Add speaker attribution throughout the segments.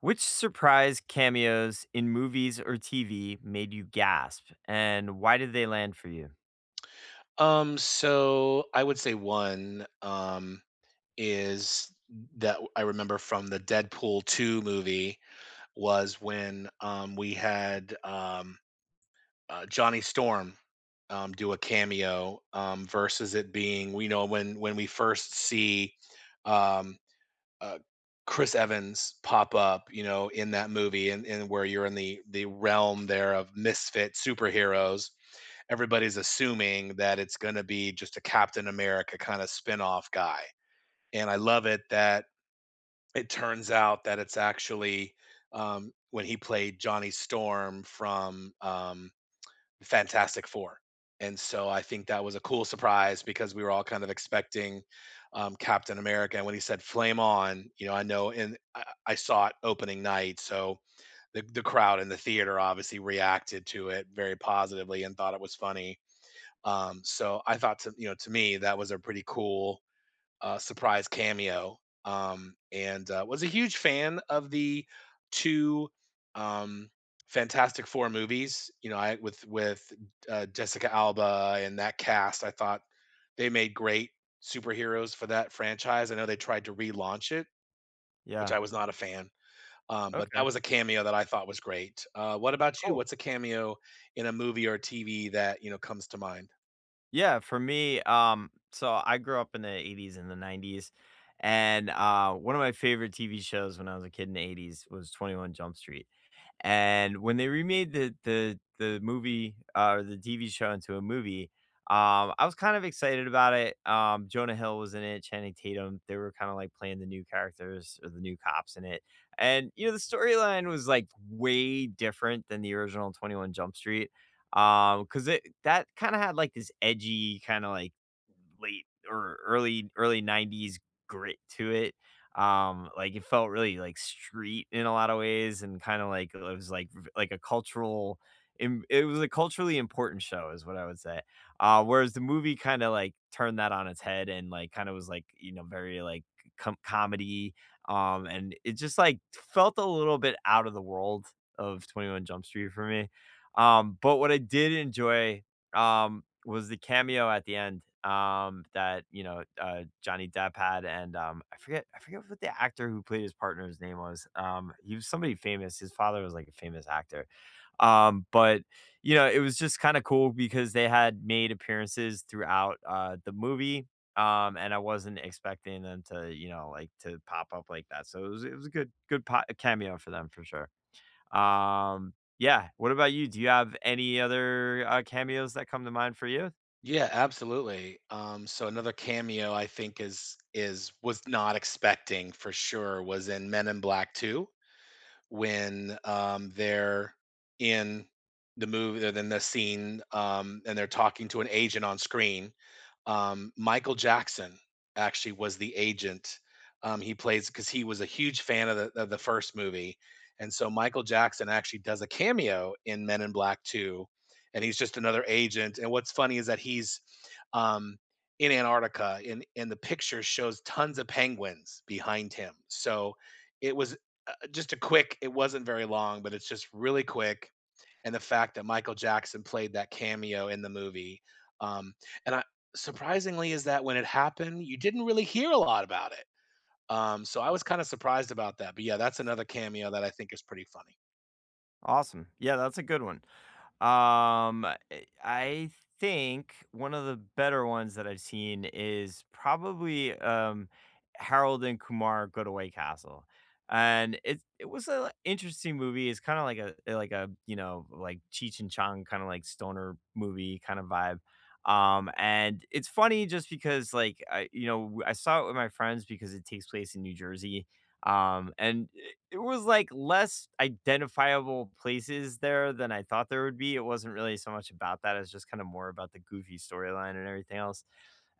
Speaker 1: Which surprise cameos in movies or TV made you gasp, and why did they land for you?
Speaker 2: So I would say one. Is I remember from the Deadpool 2 movie. Was when We had Johnny Storm do a cameo, versus it being, we know, when we first see um, uh, Chris Evans pop up, in that movie, and where you're in the realm there of misfit superheroes. Everybody's assuming that it's going to be just a Captain America kind of spin-off guy. And I love it that it turns out that it's actually, when he played Johnny Storm from, Fantastic Four. And so I think that was a cool surprise because we were all kind of expecting Captain America. And when he said "Flame on," you know, I know, and I saw it opening night, so the crowd in the theater obviously reacted to it very positively and thought it was funny. So I thought to me, that was a pretty cool, surprise cameo. Was a huge fan of the 2, um, Fantastic Four movies, you know, I with, Jessica Alba and that cast. I thought they made great superheroes for that franchise. I know they tried to relaunch it, which
Speaker 1: Yeah.
Speaker 2: I was not a fan, but
Speaker 1: Okay.
Speaker 2: that was a cameo that I thought was great. What about you?
Speaker 1: Cool.
Speaker 2: What's a cameo in a movie or TV that, you know, comes to mind?
Speaker 1: Yeah. For me, so I grew up in the '80s and the '90s, and one of my favorite TV shows when I was a kid in the '80s was 21 Jump Street. And when they remade the movie, or the TV show into a movie, I was kind of excited about it. Jonah Hill was in it, Channing Tatum. They were kind of like playing the new characters or the new cops in it. And you know, the storyline was like way different than the original 21 Jump Street. Because it that kind of had like this edgy, kind of like late or early, early '90s grit to it. Like, it felt really, like, street in a lot of ways and kinda like it was like v like a cultural im it was a culturally important show is what I would say. Whereas the movie kinda, like, turned that on its head and, like, kinda was, like, you know, very, like, comedy, and it just, like, felt a little bit out of the world of 21 Jump Street for me. But what I did enjoy was the cameo at the end, that, you know, Johnny Depp had, and, I forget what the actor who played his partner's name was, he was somebody famous, his father was, like, a famous actor, but, you know, it was just kinda cool because they had made appearances throughout, the movie, and I wasn't expecting them to, you know, like, to pop up like that, so it was a good po cameo for them for sure. Yeah, what about you? Do you have any other, cameos that come to mind for you?
Speaker 2: Yeah, absolutely. So another cameo I think is was not expecting for sure was in Men in Black 2, when they're in the movie, they're in the scene, and they're talking to an agent on screen. Michael Jackson actually was the agent. He plays because he was a huge fan of the first movie, and so Michael Jackson actually does a cameo in Men in Black 2, and he's just another agent. And what's funny is that he's, um, in Antarctica, and the picture shows tons of penguins behind him. So it was, just a quick. It wasn't very long, but it's just really quick, and the fact that Michael Jackson played that cameo in the movie. Um, and I, Surprisingly is that when it happened, you didn't really hear a lot about it. So I was kind of surprised about that. But yeah, that's another cameo that I think is pretty funny.
Speaker 1: Awesome. Yeah, that's a good one. Um, I I think one of the better ones that I've seen is probably Harold and Kumar Go to White Castle, and it was an interesting movie. It's kind of like a like a you know like Cheech and Chong kind of like stoner movie kind of vibe. And it's funny just because like I you know I saw it with my friends because it takes place in New Jersey. And it was, like, less identifiable places there than I thought there would be. It wasn't really so much about that, it's just kinda more about the goofy storyline and everything else,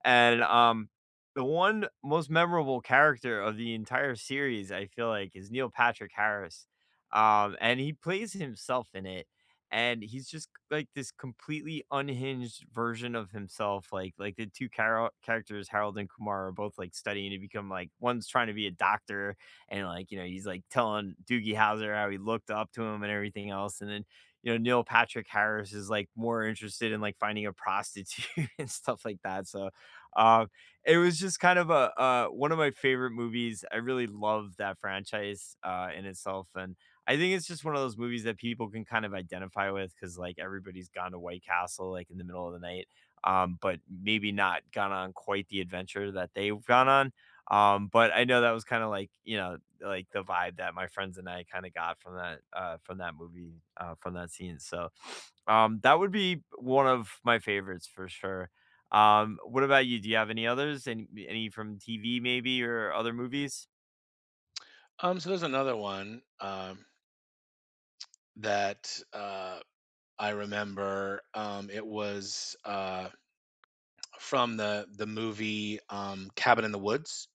Speaker 1: and, the one most memorable character of the entire series, I feel like, is Neil Patrick Harris, and he plays himself in it, and he's just, like, this completely unhinged version of himself, like, the two charo characters, Harold and Kumar, are both, like, studying to become, like, one's trying to be a doctor, and like you know he's like telling Doogie Howser how he looked up to him and everything else, and then you know Neil Patrick Harris is like more interested in like finding a prostitute and stuff like that. So um, it was just kind of a one of my favorite movies. I really love that franchise in itself, and I think it's just one of those movies that people can kind of identify with because like everybody's gone to White Castle like in the middle of the night, but maybe not gone on quite the adventure that they've gone on. But I know that was kind of like you know like, the vibe that my friends and I kinda got from that movie, from that scene, so, that would be one of my favorites for sure. What about you? Do you have any others? Any from TV maybe or other movies?
Speaker 2: So there's another one, that I remember. It was From the movie, Cabin in the Woods.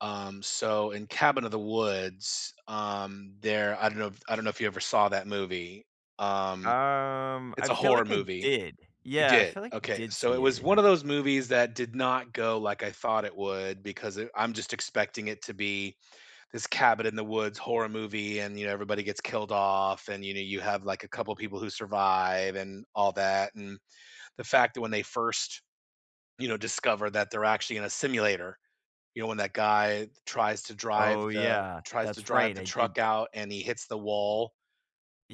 Speaker 2: So in Cabin of the Woods, there I don't know if you ever saw that movie. Um,
Speaker 1: I
Speaker 2: it's a
Speaker 1: feel
Speaker 2: horror
Speaker 1: like I
Speaker 2: movie.
Speaker 1: did.
Speaker 2: You
Speaker 1: Yeah, I
Speaker 2: did?
Speaker 1: feel like I
Speaker 2: Okay,
Speaker 1: did
Speaker 2: so it
Speaker 1: see it,
Speaker 2: was
Speaker 1: yeah.
Speaker 2: one of those movies that did not go like I thought it would, because it I'm just expecting it to be this cabin in the woods horror movie and, you know, everybody gets killed off and, you know, you have, like, a couple people who survive and all that. And the fact that when they first, you know, discover that they're actually in a simulator, you know, when that guy tries to drive
Speaker 1: Oh, yeah. That's right,
Speaker 2: the
Speaker 1: I did
Speaker 2: truck out and he hits the wall,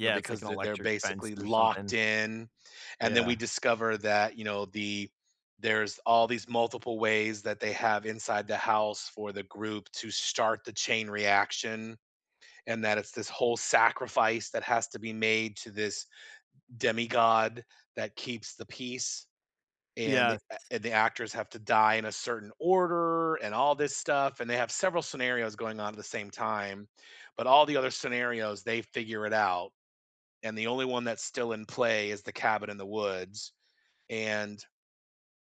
Speaker 2: you know,
Speaker 1: it's like
Speaker 2: because
Speaker 1: an
Speaker 2: they're
Speaker 1: electric fence
Speaker 2: basically
Speaker 1: or something.
Speaker 2: locked in. And then we
Speaker 1: Yeah.
Speaker 2: discover that, you know, there's all these multiple ways that they have inside the house for the group to start the chain reaction, and that it's this whole sacrifice that has to be made to this demigod that keeps the peace. And
Speaker 1: Yeah.
Speaker 2: the actors have to die in a certain order and all this stuff, and they have several scenarios going on at the same time, but all the other scenarios they figure it out, and the only one that's still in play is the cabin in the woods. And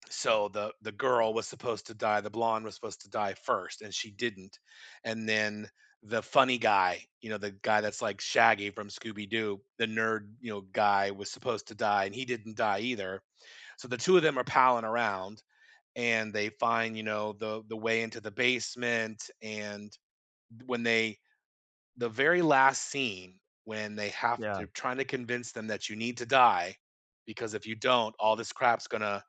Speaker 2: so the girl was supposed to die, the blonde was supposed to die first, and she didn't. And then the funny guy, you know, the guy that's like Shaggy from Scooby-Doo, the nerd, you know, guy was supposed to die and he didn't die either. So the two of them are palling around, and they find, you know, the way into the basement. And when they, the very last scene, when they have
Speaker 1: Yeah,
Speaker 2: to trying to convince them that you need to die, because if you don't, all this crap's gonna,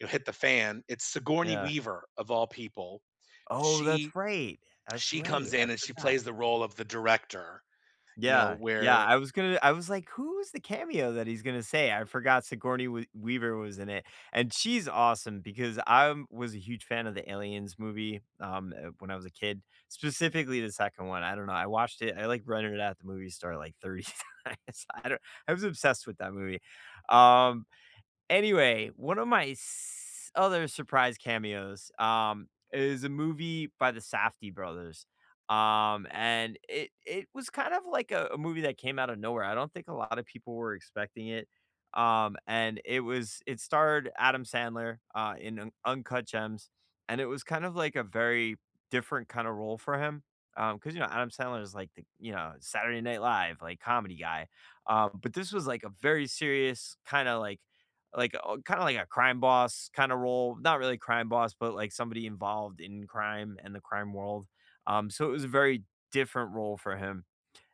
Speaker 2: you know, hit the fan. It's Sigourney
Speaker 1: yeah.
Speaker 2: Weaver of all people.
Speaker 1: Oh, that's
Speaker 2: She
Speaker 1: right. That's
Speaker 2: she
Speaker 1: right,
Speaker 2: comes
Speaker 1: I
Speaker 2: in and she
Speaker 1: forgot.
Speaker 2: plays the role of the director. You know
Speaker 1: Yeah, yeah,
Speaker 2: where
Speaker 1: I was like, "Who's the cameo that he's gonna say?" I forgot Sigourney Weaver was in it, and she's awesome because I was a huge fan of the Aliens movie, when I was a kid, specifically the second one, I don't know, I, like, rented it at the movie store, like, 30 times, I don't I was obsessed with that movie, um. Anyway, one of my s other surprise cameos, is a movie by the Safdie brothers, and it was kind of like a movie that came out of nowhere. I don't think a lot of people were expecting it, and it starred Adam Sandler, in Un Uncut Gems, and it was kind of like a very different kinda role for him. Because you know, Adam Sandler is like the, you know, Saturday Night Live, like, comedy guy, but this was, like, a very serious kinda like a crime boss kinda role, not really crime boss, but, like, somebody involved in crime and the crime world. So it was a very different role for him,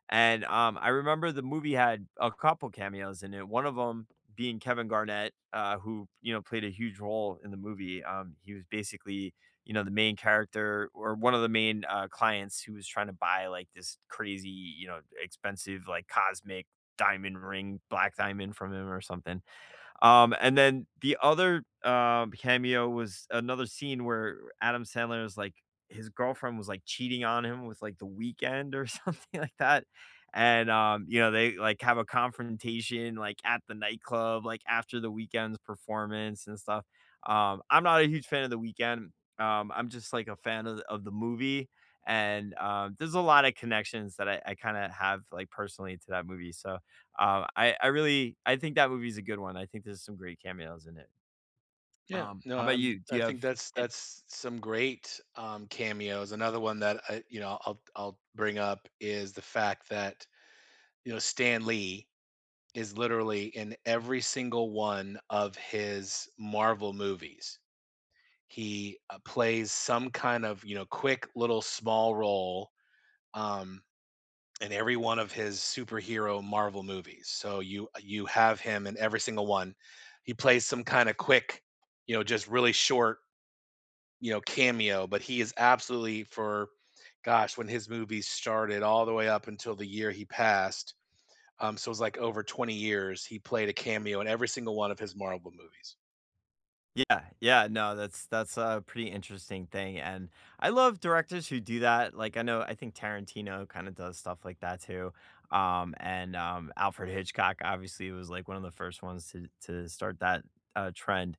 Speaker 1: and, I remember the movie had a couple cameos in it, one of them being Kevin Garnett, who, you know, played a huge role in the movie. He was basically, you know, the main character or one of the main, clients who was trying to buy, like, this crazy, you know, expensive, like, cosmic diamond ring, black diamond from him or something. And then the other, cameo was another scene where Adam Sandler is, his girlfriend was, like, cheating on him with, like, The weekend or something like that, and, you know, they, like, have a confrontation, like, at the nightclub, like, after The weekend's performance and stuff. I'm not a huge fan of The weekend. Um, I'm just, like, a fan of the movie, and, there's a lot of connections that I kinda have, like, personally to that movie, so I really I think that movie's a good one. I think there's some great cameos in it.
Speaker 2: yeah no
Speaker 1: How about
Speaker 2: I'm,
Speaker 1: you? Do
Speaker 2: I
Speaker 1: you have
Speaker 2: think
Speaker 1: an—
Speaker 2: that's some great cameos. Another one that I, you know I'll bring up is the fact that, you know, Stan Lee is literally in every single one of his Marvel movies. He, plays some kind of, you know, quick little small role, um, in every one of his superhero Marvel movies. So you have him in every single one. He plays some kind of quick, you know, just really short, you know, cameo, but he is absolutely for gosh, when his movies started all the way up until the year he passed, so it was like over 20 years, he played a cameo in every single one of his Marvel movies.
Speaker 1: Yeah, yeah, no, that's a pretty interesting thing, and I love directors who do that. Like I know I think Tarantino kinda does stuff like that too. And, Alfred Hitchcock obviously was, like, one of the first ones to start that, trend.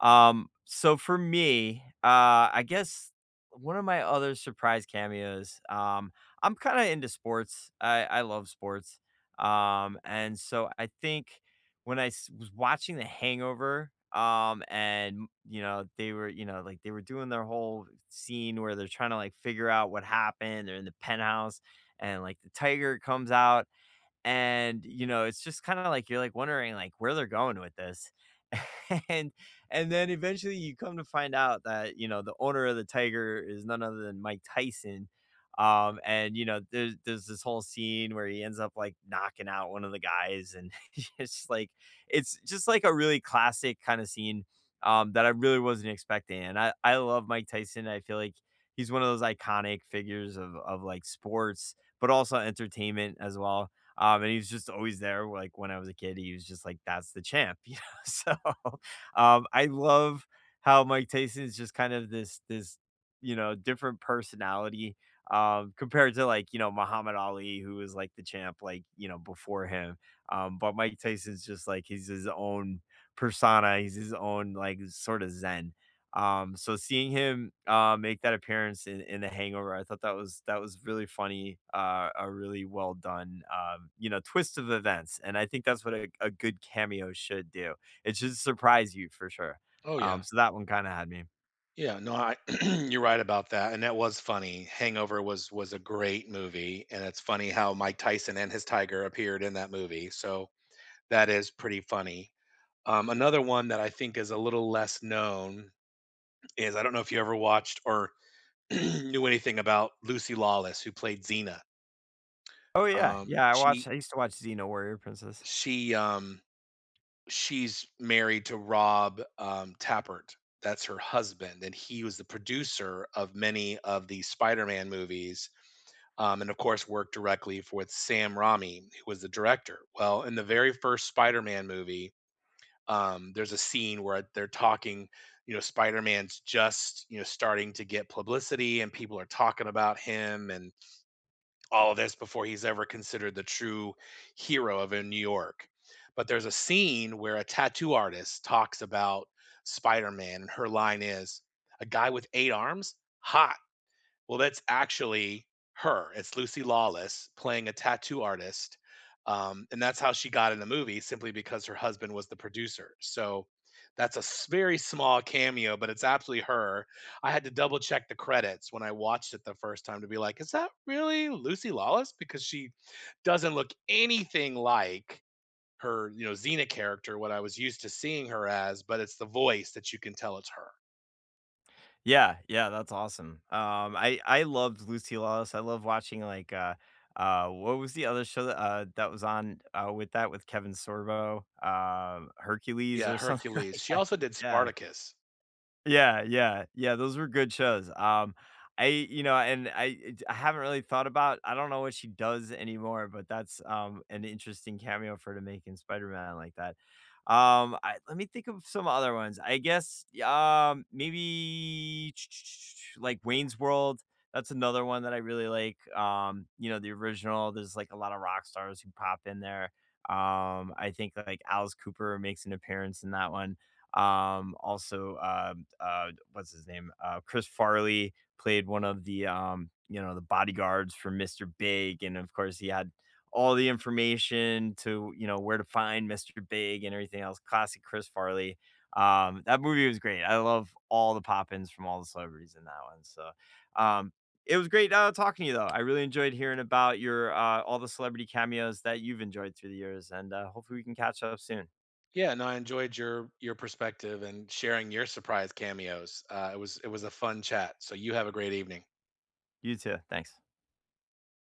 Speaker 1: So for me, I guess one of my other surprise cameos, I'm kind of into sports. I love sports. And so I think when I was watching The Hangover, and you know, they were, you know, like they were doing their whole scene where they're trying to like figure out what happened. They're in the penthouse and like the tiger comes out and you know it's just kind of like you're like wondering like where they're going with this, and and then eventually you come to find out that you know the owner of the tiger is none other than Mike Tyson. Um, and you know there's this whole scene where he ends up like knocking out one of the guys, and just like it's just like a really classic kind of scene, um, that I really wasn't expecting, and I love Mike Tyson. I feel like he's one of those iconic figures of like sports but also entertainment as well. Um, and he's just always there, like, when I was a kid, he was just like, "That's the champ," you know? So, I love how Mike Tyson is just kind of this, you know, different personality, compared to, like, you know, Muhammad Ali, who was, like, the champ, like, you know, before him. But Mike Tyson's just like he's his own persona, he's his own, like, sort of zen. So seeing him, make that appearance in The Hangover, I thought that was really funny, a really well done, you know, twist of events, and I think that's what a good cameo should do. It should surprise you for sure.
Speaker 2: Oh yeah.
Speaker 1: So that one kinda had me.
Speaker 2: Yeah, no, I You're right about that, and that was funny. Hangover was a great movie, and it's funny how Mike Tyson and his tiger appeared in that movie. So that is pretty funny. Another one that I think is a little less known is, I don't know if you ever watched or knew anything about Lucy Lawless, who played Xena.
Speaker 1: Oh, yeah,
Speaker 2: Um,
Speaker 1: yeah,
Speaker 2: she
Speaker 1: I used to watch Xena Warrior Princess.
Speaker 2: she um She's married to Rob, Tappert. That's her husband, and he was the producer of many of the Spider-Man movies, and of course worked directly for with Sam Raimi, who was the director. Well, in the very first Spider-Man movie, there's a scene where they're talking, you know, Spider-Man's just, you know, starting to get publicity and people are talking about him and all of this before he's ever considered the true hero of in New York. But there's a scene where a tattoo artist talks about Spider-Man, and her line is, "A guy with eight arms? Hot." Well, that's actually her. It's Lucy Lawless playing a tattoo artist, and that's how she got in the movie simply because her husband was the producer. So that's a very small cameo, but it's absolutely her. I had to double check the credits when I watched it the first time to be like, is that really Lucy Lawless? Because she doesn't look anything like her, you know, Xena character, what I was used to seeing her as, but it's the voice that you can tell it's her.
Speaker 1: Yeah, yeah, that's awesome. I loved Lucy Lawless. I love watching like what was the other show that that was on with that with Kevin Sorbo, Hercules
Speaker 2: Yeah,
Speaker 1: or something
Speaker 2: Hercules.
Speaker 1: like
Speaker 2: She
Speaker 1: that.
Speaker 2: also did
Speaker 1: Yeah.
Speaker 2: Spartacus.
Speaker 1: Yeah, yeah, yeah, those were good shows. I you know, and I haven't really thought about— I don't know what she does anymore, but that's, an interesting cameo for her to make in Spider-Man like that. I— let me think of some other ones. I guess, maybe like Wayne's World, that's another one that I really like. You know, the original, there's, like, a lot of rock stars who pop in there. I think, like, Alice Cooper makes an appearance in that one. Also, what's his name? Chris Farley played one of the you know, the bodyguards for Mr. Big, and of course he had all the information to you know where to find Mr. Big and everything else. Classic Chris Farley. That movie was great. I love all the pop-ins from all the celebrities in that one. So, um, it was great talking to you though. I really enjoyed hearing about your all the celebrity cameos that you've enjoyed through the years, and hopefully we can catch up soon.
Speaker 2: Yeah, no, I enjoyed your perspective and sharing your surprise cameos. It was a fun chat. So you have a great evening.
Speaker 1: You too. Thanks.